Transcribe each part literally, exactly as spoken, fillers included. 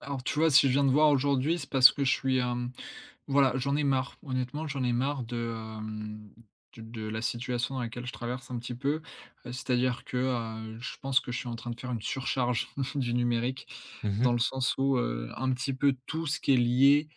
Alors, tu vois, si je viens de voir aujourd'hui, c'est parce que je suis, hem, voilà, j'en ai marre. Honnêtement, j'en ai marre de, hem, de de la situation dans laquelle je traverse un petit peu. Heu, c'est-à-dire que, heu, je pense que je suis en train de faire une surcharge du numérique, Mhm. dans le sens où, heu, un petit peu tout ce qui est lié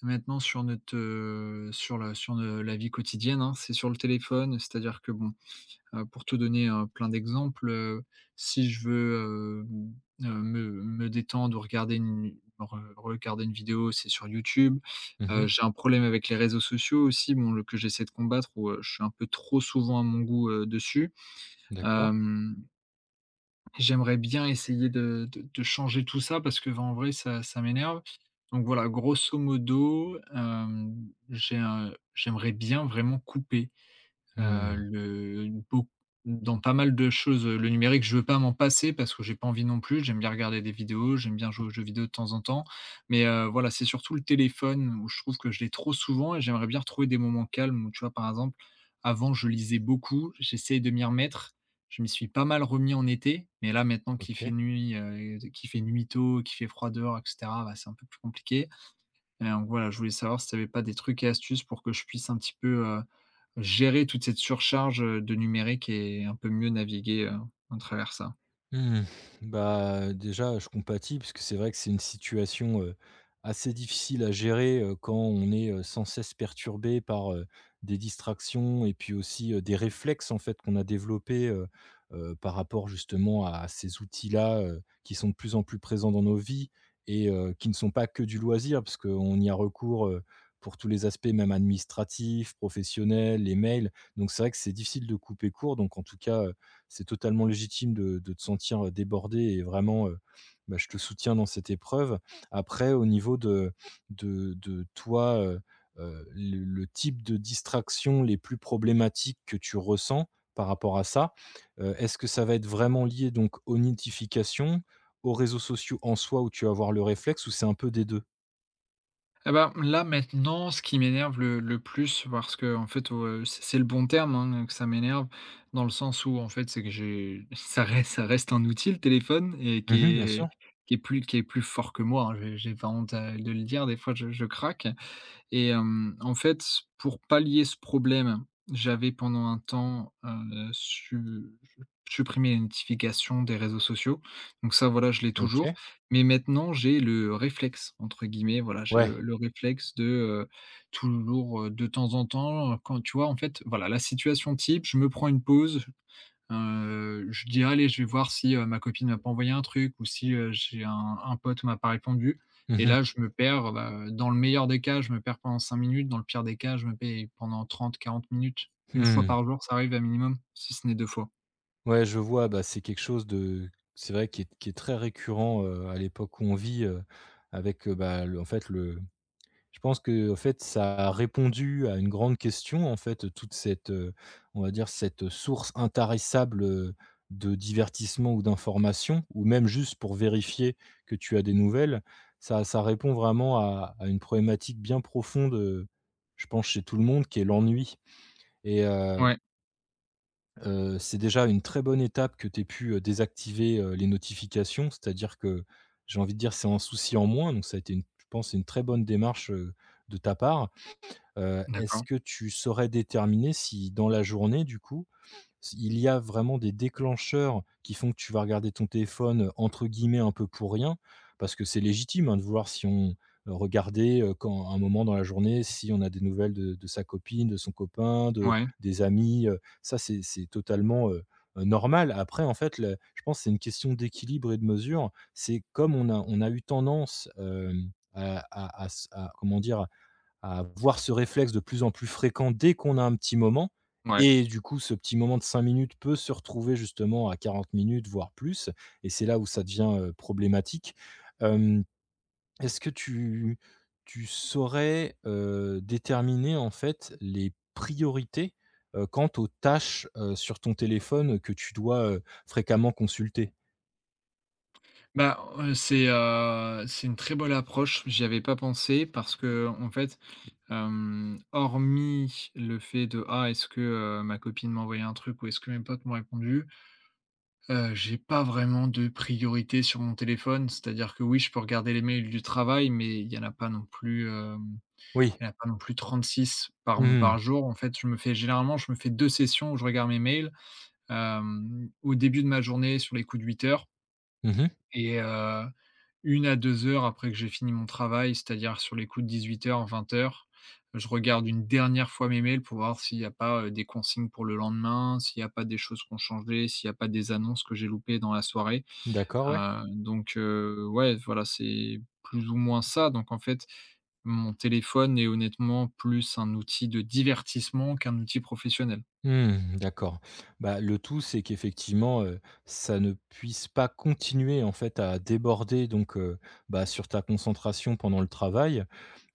maintenant sur notre, heu, sur la sur, heu, la vie quotidienne, hein, c'est sur le téléphone. C'est-à-dire que bon, Heu, pour te donner, heu, plein d'exemples, heu, si je veux, hem, heu, me me détendre regarder une re regarder une vidéo, c'est sur YouTube. Heu, Mhm. J'ai un problème avec les réseaux sociaux aussi, bon, le que j'essaie de combattre où, heu, je suis un peu trop souvent à mon goût, heu, dessus. D'accord. Hem, J'aimerais bien essayer de de de changer tout ça parce que ben, en vrai ça ça m'énerve. Donc voilà, grosso modo, hem, j'ai un j'aimerais bien vraiment couper. Heu, Hmm. Le beau dans pas mal de choses, heu, le numérique, je veux pas m'en passer parce que j'ai pas envie non plus. J'aime bien regarder des vidéos, j'aime bien jouer aux jeux vidéo de temps en temps, mais heu, voilà, c'est surtout le téléphone où je trouve que je l'ai trop souvent et j'aimerais bien retrouver des moments calmes où, tu vois, par exemple, avant, je lisais beaucoup, j'essaye de m'y remettre. Je m'y suis pas mal remis en été, mais là, maintenant qu'il fait OK. nuit, heu, qu'il fait nuit tôt, qu'il fait froid dehors et cetera, bah, c'est un peu plus compliqué et donc voilà, je voulais savoir si tu avais pas des trucs et astuces pour que je puisse un petit peu, heu, gérer toute cette surcharge, heu, de numérique et un peu mieux naviguer, heu, à travers ça. Mmh. Bah, déjà, je compatis parce que c'est vrai que c'est une situation, heu, assez difficile à gérer, heu, quand on est, heu, sans cesse perturbé par, heu, des distractions et puis aussi, heu, des réflexes en fait qu'on a développés, heu heu, par rapport justement à ces outils-là, heu, qui sont de plus en plus présents dans nos vies et heu, qui ne sont pas que du loisir parce qu'on y a recours, heu, pour tous les aspects même administratifs, professionnels, les mails. Donc c'est vrai que c'est difficile de couper court. Donc en tout cas, c'est totalement légitime de de te sentir débordé et vraiment, heu, bah, je te soutiens dans cette épreuve. Après au niveau de de de toi, heu heu, le le type de distraction les plus problématiques que tu ressens par rapport à ça, heu, est-ce que ça va être vraiment lié donc aux notifications, aux réseaux sociaux en soi où tu vas avoir le réflexe, ou c'est un peu des deux? Eh ben là, maintenant, ce qui m'énerve le le plus parce que en fait, heu, c'est c'est le bon terme, hein, que ça m'énerve dans le sens où en fait, c'est que j'ai ça reste ça reste un outil le téléphone et qui Mmh, bien sûr. est qui est plus qui est plus fort que moi, hein. J'ai j'ai pas honte à de le dire, des fois je je craque. Et hem, en fait, pour pallier ce problème, j'avais pendant un temps, heu, su supprimé les notifications des réseaux sociaux. Donc ça, voilà, je l'ai toujours. OK. Mais maintenant, j'ai le «réflexe» entre guillemets, voilà, j'ai Ouais. le le réflexe de, heu, toujours, heu, de temps en temps, quand tu vois, en fait, voilà, la situation type, je me prends une pause. Heu, je dis: «Allez, je vais voir si, heu, ma copine m'a pas envoyé un truc ou si, heu, j'ai un un pote m'a pas répondu» Mmh et là, mh. je me perds, bah, dans le meilleur des cas, je me perds pendant cinq minutes, dans le pire des cas, je me paye pendant trente, quarante minutes. Une fois Mmh. par jour, ça arrive à minimum, si ce n'est deux fois. Ouais, je vois, bah, c'est quelque chose de c'est vrai qui est qui est très récurrent, heu, à l'époque où on vit, heu, avec, heu, bah, le en fait, le je pense que en fait, ça a répondu à une grande question, en fait, toute cette, heu, on va dire, cette source intarissable, heu, de divertissement ou d'information ou même juste pour vérifier que tu as des nouvelles. Ça ça répond vraiment à à une problématique bien profonde, heu, je pense chez tout le monde, qui est l'ennui. Et Ouais, heu, c'est déjà une très bonne étape que tu aies pu, heu, désactiver, heu, les notifications. C'est-à-dire que, j'ai envie de dire, c'est un souci en moins, donc ça a été une, je pense, une très bonne démarche, heu, de ta part. Heu, d'accord. Est-ce que tu saurais déterminer si, dans la journée, du coup, il y a vraiment des déclencheurs qui font que tu vas regarder ton téléphone, heu, entre guillemets «un peu pour rien», parce que c'est légitime, hein, de vouloir, si on euh, regarder, heu, quand un moment dans la journée, si on a des nouvelles de de sa copine, de son copain, de Ouais, des amis, heu, ça c'est c'est totalement, heu heu, normal. Après en fait, le je pense que c'est une question d'équilibre et de mesure. C'est comme on a on a eu tendance, hem, à à à s à comment dire? À voir ce réflexe de plus en plus fréquent dès qu'on a un petit moment ouais. et du coup, ce petit moment de cinq minutes peut se retrouver justement à quarante minutes, voire plus, et c'est là où ça devient, heu, problématique. Hem, est-ce que tu tu saurais, heu, déterminer en fait les priorités, heu, quant aux tâches, heu, sur ton téléphone que tu dois, heu, fréquemment consulter? Bah, heu, c'est, heu, c'est une très bonne approche, j'y avais pas pensé parce que en fait, hem, hormis le fait de: «Ah, est-ce que, heu, ma copine m'a envoyé un truc ou est-ce que mes potes m'ont répondu?» Heu, j'ai pas vraiment de priorité sur mon téléphone, c'est-à-dire que oui, je peux regarder les mails du travail, mais il y en a pas non plus, hem, Oui. il y en a pas non plus trente-six par Mmh mh. par jour. En fait, je me fais généralement, je me fais deux sessions où je regarde mes mails, hem, au début de ma journée sur les coups de huit heures Mmh. et heu une à deux heures après que j'ai fini mon travail, c'est-à-dire sur les coups de dix-huit heures, vingt heures, je regarde une dernière fois mes mails pour voir s'il n'y a pas, heu, des consignes pour le lendemain, s'il n'y a pas des choses qui ont changé, s'il n'y a pas des annonces que j'ai loupées dans la soirée. D'accord, ouais. Heu, donc heu, ouais, voilà, c'est plus ou moins ça. Donc en fait, mon téléphone est honnêtement plus un outil de divertissement qu'un outil professionnel. Mmh, d'accord. Bah, le tout, c'est qu'effectivement, heu, ça ne puisse pas continuer, en fait, à déborder, donc heu, bah, sur ta concentration pendant le travail.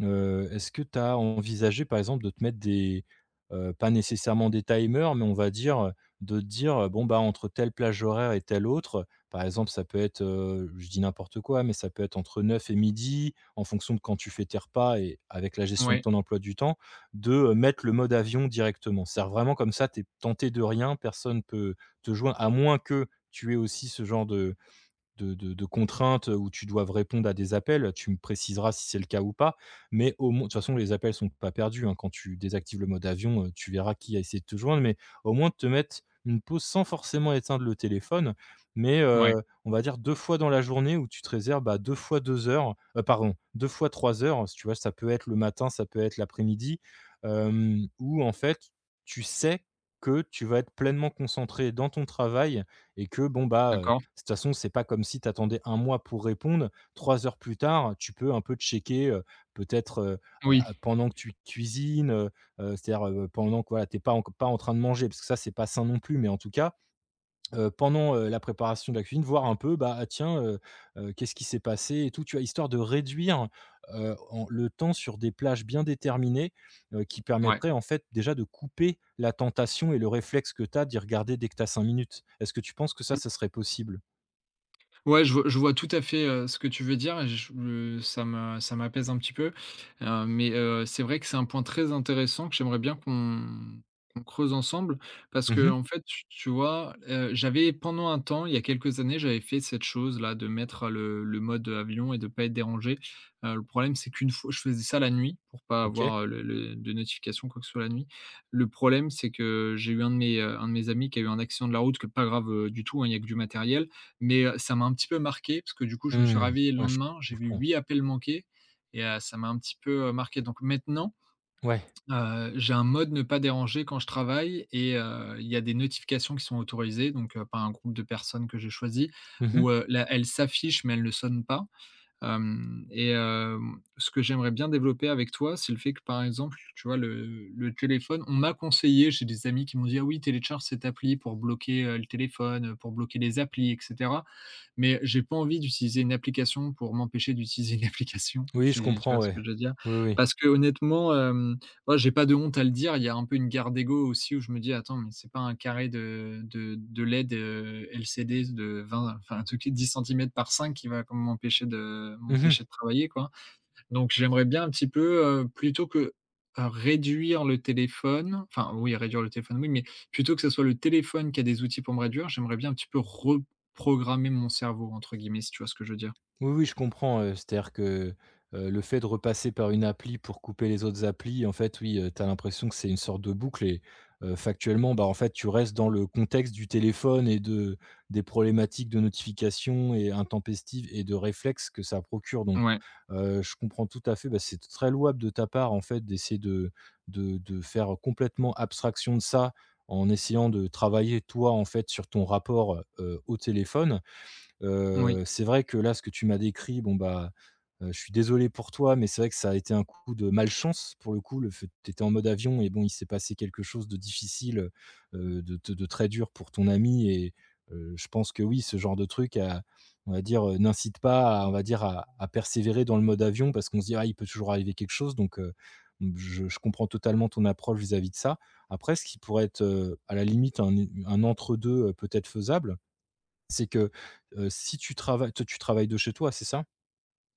Heu, est-ce que tu as envisagé, par exemple, de te mettre des, heu, pas nécessairement des timers, mais on va dire, heu, de te dire, heu: «Bon, bah, entre telle plage horaire et telle autre»? Par exemple, ça peut être, heu, je dis n'importe quoi, mais ça peut être entre neuf et midi, en fonction de quand tu fais tes repas et avec la gestion de Ouais, ton emploi du temps, de, heu, mettre le mode avion directement. C'est-à-dire vraiment comme ça, tu es tenté de rien, personne peut te joindre, à moins que tu aies aussi ce genre de de de de contraintes où tu dois répondre à des appels. Tu me préciseras si c'est le cas ou pas, mais au moins de toute façon, les appels sont pas perdus, hein. Quand tu désactives le mode avion, heu, tu verras qui a essayé de te joindre, mais au moins te mettre une pause sans forcément éteindre le téléphone, mais heu, ouais, on va dire deux fois dans la journée où tu te réserves, bah, deux fois deux heures, heu, pardon, deux fois trois heures, si tu vois? Ça peut être le matin, ça peut être l'après-midi, hem, où en fait, tu sais que tu vas être pleinement concentré dans ton travail. Et que bon, bah, de d'accord. toute façon, c'est pas comme si tu attendais un mois pour répondre. Trois heures plus tard, tu peux un peu checker, heu, peut-être, heu, heu, Oui, pendant que tu cuisines, heu, heu, c'est-à-dire, heu, pendant que, voilà, tu es pas enc pas en train de manger, parce que ça, c'est pas sain non plus, mais en tout cas, heu, pendant, heu, la préparation de la cuisine, voir un peu, bah, ah tiens, heu, heu, qu'est-ce qui s'est passé et tout, tu vois? Histoire de réduire, heu, en le temps sur des plages bien déterminées, heu, qui ouais. permettraient en fait déjà de couper la tentation et le réflexe que tu as d'y regarder dès que tu as cinq minutes. Est-ce que tu penses que ça, ça serait possible? Ouais, je vois je vois tout à fait, heu, ce que tu veux dire et je me ça m'a ça m'apaise un petit peu, heu, mais heu, c'est vrai que c'est un point très intéressant que j'aimerais bien qu'on qu'on creuse ensemble parce que Mmh. en fait, tu tu vois, heu, j'avais pendant un temps, il y a quelques années, j'avais fait cette chose-là de mettre le le mode avion et de pas être dérangé. Heu, le problème, c'est qu'une fois je faisais ça la nuit pour pas OK. avoir, heu, le le de notification quoi que ce soit la nuit. Le problème, c'est que j'ai eu un de mes, heu, un de mes amis qui a eu un accident de la route que pas grave, heu, du tout, hein, il y a que du matériel mais, heu, ça m'a un petit peu marqué parce que du coup, je me suis Mmh. réveillé le Ouais, je lendemain, j'ai vu comprends. huit appels manqués et heu, ça m'a un petit peu, heu, marqué. Donc maintenant, Ouais. heu, j'ai un mode ne pas déranger quand je travaille et heu, il y a des notifications qui sont autorisées, donc heu, par un groupe de personnes que j'ai choisi Mmh mh. où, heu, là, elles s'affichent mais elles ne sonnent pas. Hem et hem, ce que j'aimerais bien développer avec toi, c'est le fait que, par exemple, tu vois, le le téléphone on m'a conseillé, j'ai des amis qui m'ont dit: «Ah oui, télécharge cette appli pour bloquer, heu, le téléphone, pour bloquer les applis, etc.», mais j'ai pas envie d'utiliser une application pour m'empêcher d'utiliser une application, Oui, je si tu comprends, vois ce ouais. que je veux dire? Oui, oui. Parce que honnêtement, hem, moi, j'ai pas de honte à le dire, il y a un peu une garde d'ego aussi où je me dis: «Attends, mais c'est pas un carré de de de L E D, heu, L C D de vingt, enfin, un truc qui est dix centimètres par cinq qui va comme m'empêcher de Mmh mh. m'empêcher de travailler, quoi». Donc j'aimerais bien un petit peu, heu, plutôt que à réduire le téléphone, enfin oui, réduire le téléphone, oui, mais plutôt que ce soit le téléphone qui a des outils pour me réduire, j'aimerais bien un petit peu «reprogrammer mon cerveau» entre guillemets, si tu vois ce que je veux dire? Oui, oui, je comprends, heu, c'est-à-dire que, heu, le fait de repasser par une appli pour couper les autres applis, en fait, oui, heu, tu as l'impression que c'est une sorte de boucle et heu, factuellement, bah, en fait, tu restes dans le contexte du téléphone et de des problématiques de notification et intempestives et de réflexes que ça procure, donc Ouais, heu, je comprends tout à fait, bah, c'est très louable de ta part, en fait, d'essayer de de de faire complètement abstraction de ça, en essayant de travailler toi, en fait, sur ton rapport, heu, au téléphone. oui, Heu, c'est vrai que là, ce que tu m'as décrit, bon, bah, heu, je suis désolé pour toi, mais c'est vrai que ça a été un coup de malchance pour le coup, le fait tu étais en mode avion et bon, il s'est passé quelque chose de difficile, heu, de te de très dur pour ton ami. Et heu, je pense que oui, ce genre de truc a, on va dire, heu, n'incite pas à, on va dire, à à persévérer dans le mode avion, parce qu'on se dit: «Ah, il peut toujours arriver quelque chose», donc heu, mmh, je je comprends totalement ton approche vis-à-vis de ça. Après, ce qui pourrait être, heu, à la limite, un un entre deux heu, peut-être faisable, c'est que, heu, si tu travailles, toi, tu travailles de chez toi, c'est ça?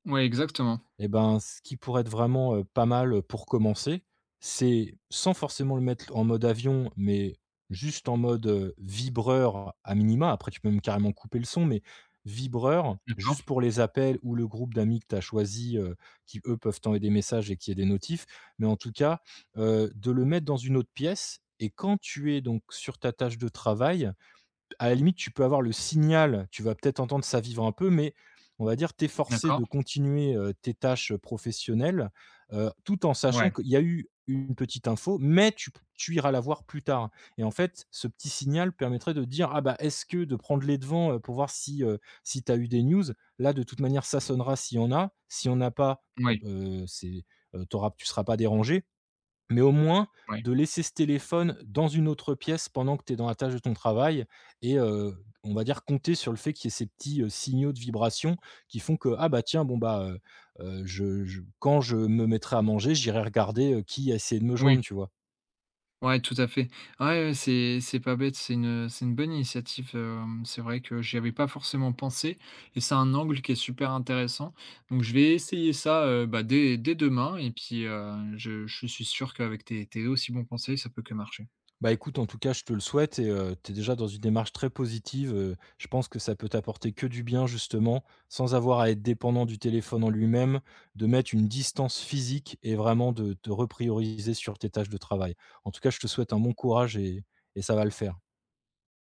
ouais, exactement. Et ben, ce qui pourrait être vraiment, heu, pas mal, pour commencer, c'est sans forcément le mettre en mode avion, mais juste en mode, heu, vibreur à minima. Après, tu peux même carrément couper le son, mais vibreur D'accord, juste pour les appels ou le groupe d'amis que tu as choisi, heu, qui eux peuvent t'envoyer des messages et qui y ait des notifs. Mais en tout cas, heu, de le mettre dans une autre pièce, et quand tu es donc sur ta tâche de travail, à la limite, tu peux avoir le signal, tu vas peut-être entendre ça vivre un peu, mais on va dire, t'es forcé de d'accord. continuer, heu, tes tâches professionnelles, heu, tout en sachant Ouais, qu'il y a eu une petite info, mais tu tu iras la voir plus tard. Et en fait, ce petit signal permettrait de dire: «Ah bah, est-ce que», de prendre les devants, heu, pour voir si, heu, si tu as eu des news. Là, de toute manière, ça sonnera s'il y en a. Si on n'a pas, oui, heu, c'est, heu, tu auras tu ne seras pas dérangé, mais au moins, ouais. de laisser ce téléphone dans une autre pièce pendant que tu es dans la tâche de ton travail, et heu, on va dire compter sur le fait qu'il y ait ces petits, heu, signaux de vibration qui font que: «Ah bah tiens, bon bah, heu heu, je je quand je me mettrai à manger, j'irai regarder, heu, qui a essayé de me joindre», Oui. tu vois? Ouais, tout à fait. Ouais, ouais, c'est c'est pas bête, c'est une, c'est une bonne initiative, hem, c'est vrai que j'y avais pas forcément pensé et c'est un angle qui est super intéressant. Donc je vais essayer ça, heu, bah, dès dès demain et puis, heu, je je suis sûr qu'avec tes tes aussi bons conseils, ça peut que marcher. Bah, écoute, en tout cas, je te le souhaite et heu, tu déjà dans une démarche très positive, heu, je pense que ça peut t'apporter que du bien, justement, sans avoir à être dépendant du téléphone en lui-même, de mettre une distance physique et vraiment de te reprioriser sur tes tâches de travail. En tout cas, je te souhaite un bon courage, et et ça va le faire.